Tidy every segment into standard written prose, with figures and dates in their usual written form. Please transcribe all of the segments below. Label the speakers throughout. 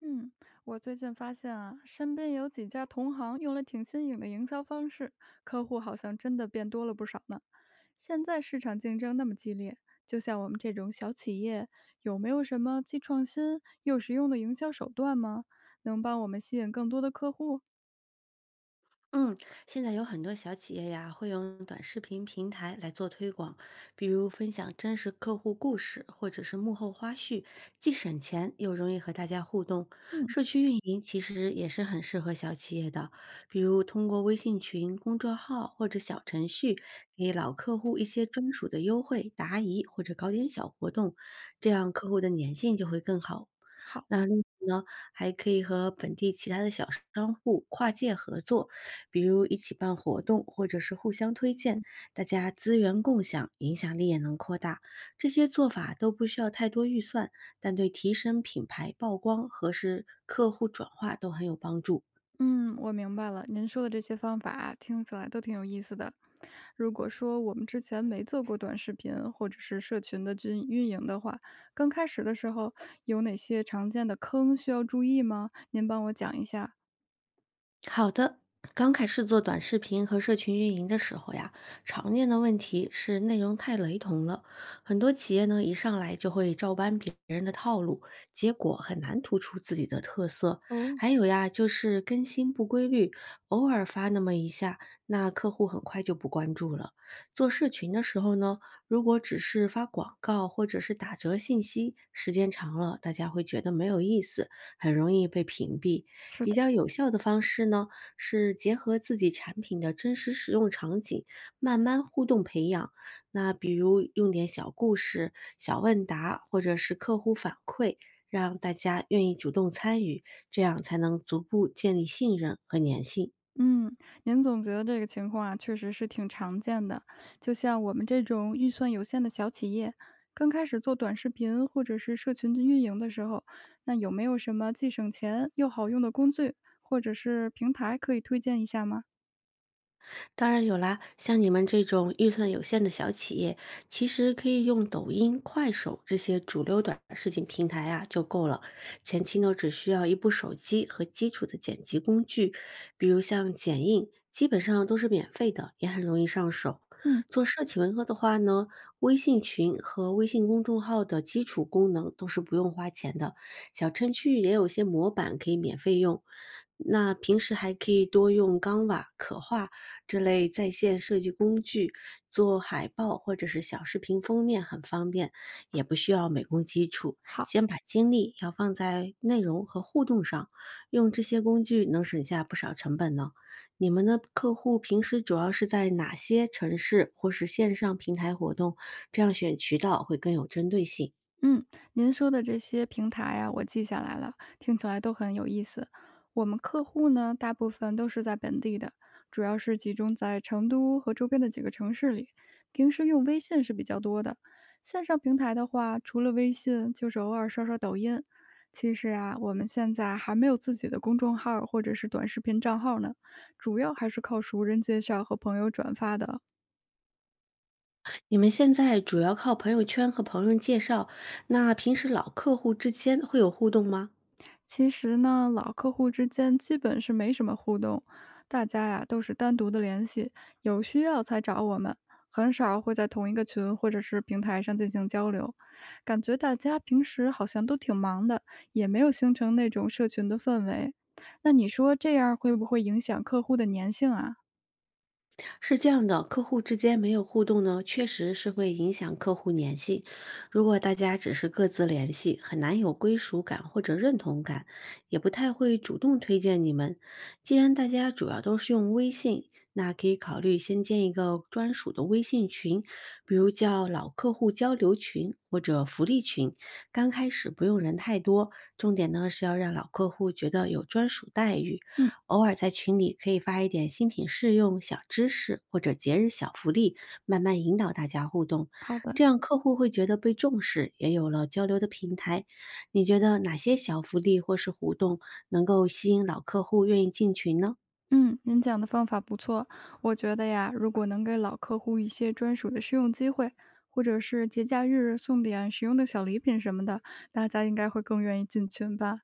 Speaker 1: 嗯，我最近发现啊，身边有几家同行用了挺新颖的营销方式，客户好像真的变多了不少呢。现在市场竞争那么激烈，就像我们这种小企业，有没有什么既创新又实用的营销手段吗？能帮我们吸引更多的客户？
Speaker 2: 嗯，现在有很多小企业呀，会用短视频平台来做推广，比如分享真实客户故事，或者是幕后花絮，既省钱又容易和大家互动。
Speaker 1: 嗯。
Speaker 2: 社区运营其实也是很适合小企业的，比如通过微信群、公众号或者小程序，给老客户一些专属的优惠、答疑或者搞点小活动，这样客户的粘性就会更好。
Speaker 1: 好。
Speaker 2: 那另外呢，还可以和本地其他的小商户跨界合作。比如一起办活动，或者是互相推荐，大家资源共享，影响力也能扩大。这些做法都不需要太多预算，但对提升品牌曝光和是客户转化都很有帮助。
Speaker 1: 嗯，我明白了，您说的这些方法啊听起来都挺有意思的。如果说我们之前没做过短视频或者是社群的运营的话，刚开始的时候有哪些常见的坑需要注意吗？您帮我讲一下。
Speaker 2: 好的，刚开始做短视频和社群运营的时候呀，常见的问题是内容太雷同了，很多企业呢一上来就会照搬别人的套路，结果很难突出自己的特色。
Speaker 1: 哦。
Speaker 2: 还有呀，就是更新不规律，偶尔发那么一下，那客户很快就不关注了。做社群的时候呢，如果只是发广告或者是打折信息，时间长了，大家会觉得没有意思，很容易被屏蔽。
Speaker 1: 是。
Speaker 2: 比较有效的方式呢，是结合自己产品的真实使用场景，慢慢互动培养。那比如用点小故事、小问答，或者是客户反馈，让大家愿意主动参与，这样才能逐步建立信任和粘性。
Speaker 1: 嗯，您总结的这个情况啊，确实是挺常见的。就像我们这种预算有限的小企业，刚开始做短视频或者是社群的运营的时候，那有没有什么既省钱又好用的工具或者是平台可以推荐一下吗？
Speaker 2: 当然有啦，像你们这种预算有限的小企业，其实可以用抖音、快手这些主流短视频平台啊就够了。前期呢，只需要一部手机和基础的剪辑工具，比如像剪映，基本上都是免费的，也很容易上手。
Speaker 1: 嗯。
Speaker 2: 做社企文科的话呢，微信群和微信公众号的基础功能都是不用花钱的，小程序也有些模板可以免费用。那平时还可以多用钢瓦、可画这类在线设计工具做海报或者是小视频封面很方便，也不需要美工基础。
Speaker 1: 好。
Speaker 2: 先把精力要放在内容和互动上，用这些工具能省下不少成本呢。你们的客户平时主要是在哪些城市或是线上平台活动？这样选渠道会更有针对性。
Speaker 1: 嗯，您说的这些平台呀，我记下来了，听起来都很有意思。我们客户呢，大部分都是在本地的，主要是集中在成都和周边的几个城市里。平时用微信是比较多的，线上平台的话，除了微信，就是偶尔刷刷抖音。其实啊，我们现在还没有自己的公众号儿或者是短视频账号呢，主要还是靠熟人介绍和朋友转发的。
Speaker 2: 你们现在主要靠朋友圈和朋友介绍，那平时老客户之间会有互动吗？
Speaker 1: 其实呢，老客户之间基本是没什么互动，大家呀都是单独的联系，有需要才找我们，很少会在同一个群或者是平台上进行交流。感觉大家平时好像都挺忙的，也没有形成那种社群的氛围。那你说这样会不会影响客户的粘性啊？
Speaker 2: 是这样的，客户之间没有互动呢，确实是会影响客户粘性。如果大家只是各自联系，很难有归属感或者认同感，也不太会主动推荐你们。既然大家主要都是用微信，那可以考虑先建一个专属的微信群，比如叫老客户交流群或者福利群。刚开始不用人太多，重点呢是要让老客户觉得有专属待遇。
Speaker 1: 嗯。
Speaker 2: 偶尔在群里可以发一点新品试用、小知识或者节日小福利，慢慢引导大家互动，
Speaker 1: 好的。
Speaker 2: 这样客户会觉得被重视，也有了交流的平台。你觉得哪些小福利或是活动能够吸引老客户愿意进群呢？
Speaker 1: 嗯，您讲的方法不错。我觉得呀，如果能给老客户一些专属的试用机会，或者是节假日送点实用的小礼品什么的，大家应该会更愿意进群吧。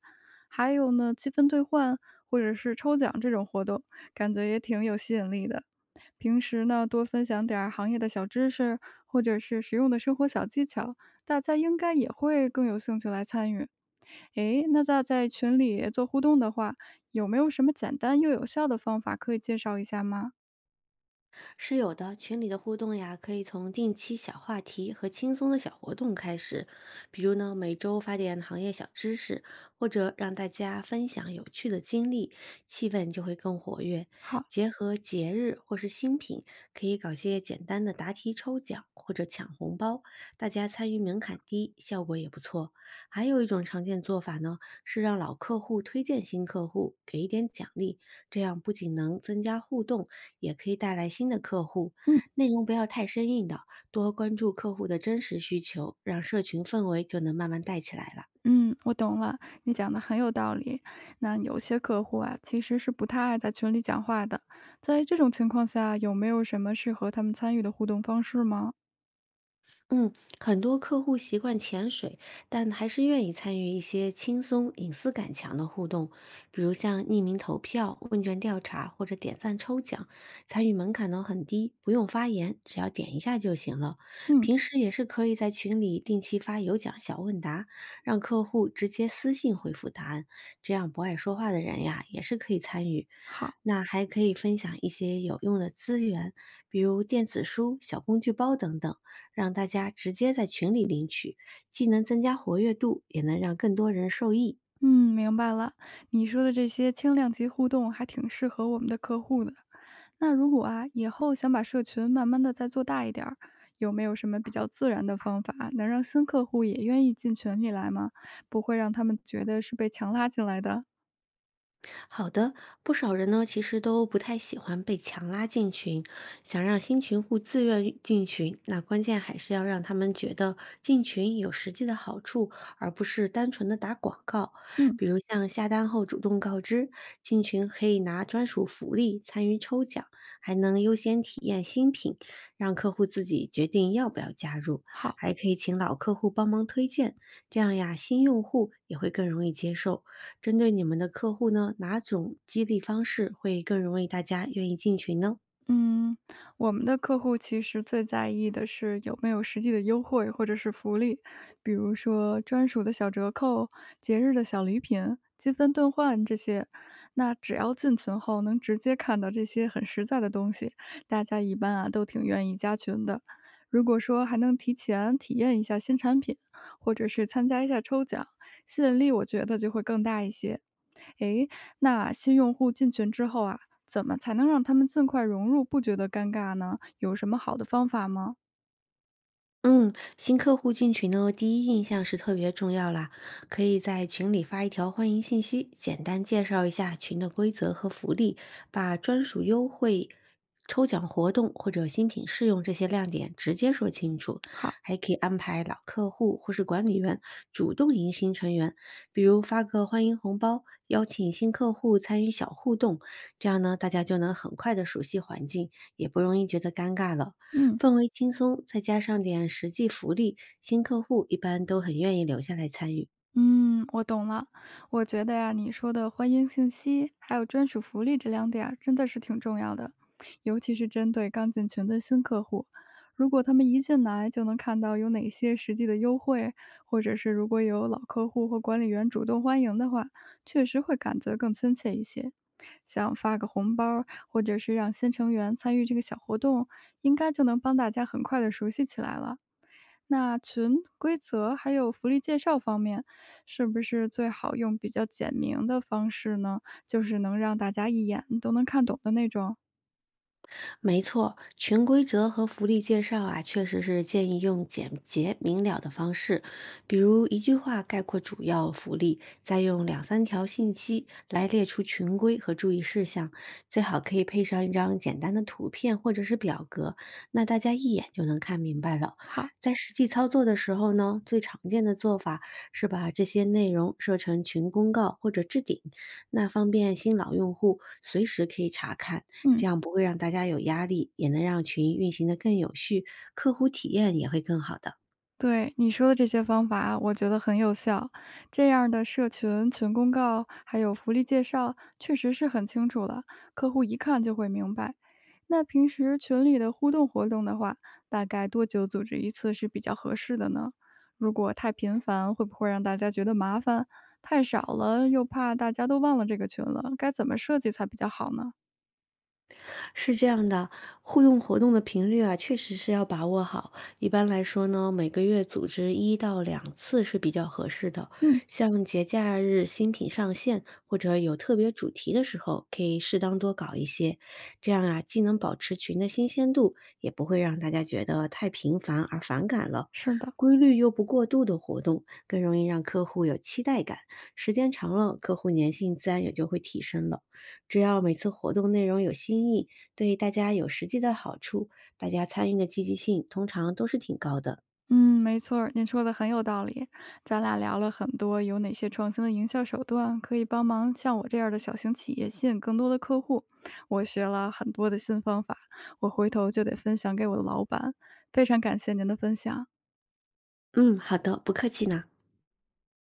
Speaker 1: 还有呢，积分兑换或者是抽奖这种活动，感觉也挺有吸引力的。平时呢，多分享点儿行业的小知识，或者是实用的生活小技巧，大家应该也会更有兴趣来参与。诶，那在群里做互动的话，有没有什么简单又有效的方法可以介绍一下吗？
Speaker 2: 是有的，群里的互动呀，可以从定期小话题和轻松的小活动开始，比如呢，每周发点行业小知识，或者让大家分享有趣的经历，气氛就会更活跃。
Speaker 1: 好。
Speaker 2: 结合节日或是新品，可以搞些简单的答题抽奖或者抢红包，大家参与门槛低，效果也不错。还有一种常见做法呢，是让老客户推荐新客户，给一点奖励，这样不仅能增加互动，也可以带来新的客户。
Speaker 1: 嗯。
Speaker 2: 内容不要太生硬的，多关注客户的真实需求，让社群氛围就能慢慢带起来了。
Speaker 1: 嗯，我懂了，你讲的很有道理。那有些客户啊，其实是不太爱在群里讲话的，在这种情况下，有没有什么适合他们参与的互动方式吗？
Speaker 2: 嗯，很多客户习惯潜水，但还是愿意参与一些轻松、隐私感强的互动，比如像匿名投票、问卷调查或者点赞抽奖。参与门槛呢很低，不用发言，只要点一下就行了。
Speaker 1: 嗯。
Speaker 2: 平时也是可以在群里定期发有奖小问答，让客户直接私信回复答案，这样不爱说话的人呀也是可以参与。
Speaker 1: 好。
Speaker 2: 那还可以分享一些有用的资源，比如电子书、小工具包等等。让大家直接在群里领取，既能增加活跃度，也能让更多人受益。
Speaker 1: 嗯，明白了。你说的这些轻量级互动还挺适合我们的客户的。那如果啊，以后想把社群慢慢的再做大一点儿，有没有什么比较自然的方法，能让新客户也愿意进群里来吗？不会让他们觉得是被强拉进来的？
Speaker 2: 好的，不少人呢其实都不太喜欢被强拉进群，想让新群户自愿进群，那关键还是要让他们觉得进群有实际的好处，而不是单纯的打广告。
Speaker 1: 嗯。
Speaker 2: 比如像下单后主动告知，进群可以拿专属福利，参与抽奖，还能优先体验新品，让客户自己决定要不要加入，
Speaker 1: 好。
Speaker 2: 还可以请老客户帮忙推荐，这样呀，新用户也会更容易接受。针对你们的客户呢，哪种激励方式会更容易大家愿意进群呢？
Speaker 1: 嗯，我们的客户其实最在意的是有没有实际的优惠或者是福利，比如说专属的小折扣、节日的小礼品、积分兑换这些。那只要进群后能直接看到这些很实在的东西，大家一般啊都挺愿意加群的。如果说还能提前体验一下新产品，或者是参加一下抽奖，吸引力我觉得就会更大一些。诶，那新用户进群之后啊，怎么才能让他们尽快融入，不觉得尴尬呢？有什么好的方法吗？
Speaker 2: 嗯，新客户进群呢，第一印象是特别重要啦。可以在群里发一条欢迎信息，简单介绍一下群的规则和福利，把专属优惠、抽奖活动或者新品试用这些亮点直接说清楚。
Speaker 1: 好。
Speaker 2: 还可以安排老客户或是管理员主动迎新成员，比如发个欢迎红包，邀请新客户参与小互动，这样呢，大家就能很快的熟悉环境，也不容易觉得尴尬了。
Speaker 1: 嗯。
Speaker 2: 氛围轻松，再加上点实际福利，新客户一般都很愿意留下来参与。
Speaker 1: 嗯，我懂了。我觉得呀，你说的欢迎信息还有专属福利这两点儿真的是挺重要的，尤其是针对刚进群的新客户。如果他们一进来就能看到有哪些实际的优惠，或者是如果有老客户或管理员主动欢迎的话，确实会感觉更亲切一些。像发个红包儿或者是让新成员参与这个小活动，应该就能帮大家很快的熟悉起来了。那群规则还有福利介绍方面，是不是最好用比较简明的方式呢？就是能让大家一眼都能看懂的那种。
Speaker 2: 没错，群规则和福利介绍啊，确实是建议用简洁明了的方式，比如一句话概括主要福利，再用两三条信息来列出群规和注意事项，最好可以配上一张简单的图片或者是表格，那大家一眼就能看明白了。
Speaker 1: 好。
Speaker 2: 在实际操作的时候呢，最常见的做法是把这些内容设成群公告或者置顶，那方便新老用户随时可以查看。这
Speaker 1: 嗯。
Speaker 2: 样不会让大家有压力，也能让群运行的更有序，客户体验也会更好的。
Speaker 1: 对，你说的这些方法，我觉得很有效。这样的社群、群公告还有福利介绍，确实是很清楚了，客户一看就会明白。那平时群里的互动活动的话，大概多久组织一次是比较合适的呢？如果太频繁，会不会让大家觉得麻烦？太少了，又怕大家都忘了这个群了，该怎么设计才比较好呢？
Speaker 2: 是这样的，互动活动的频率啊，确实是要把握好。一般来说呢，每个月组织1到2次是比较合适的。
Speaker 1: 嗯。
Speaker 2: 像节假日新品上线或者有特别主题的时候，可以适当多搞一些。这样啊，既能保持群的新鲜度，也不会让大家觉得太频繁而反感了。
Speaker 1: 是的。
Speaker 2: 规律又不过度的活动，更容易让客户有期待感。时间长了，客户粘性自然也就会提升了。只要每次活动内容有新意，对大家有实际的好处，大家参与的积极性通常都是挺高的。
Speaker 1: 嗯，没错儿，您说的很有道理。咱俩聊了很多，有哪些创新的营销手段可以帮忙像我这样的小型企业吸引更多的客户？我学了很多的新方法，我回头就得分享给我的老板。非常感谢您的分享。
Speaker 2: 嗯，好的，不客气呢。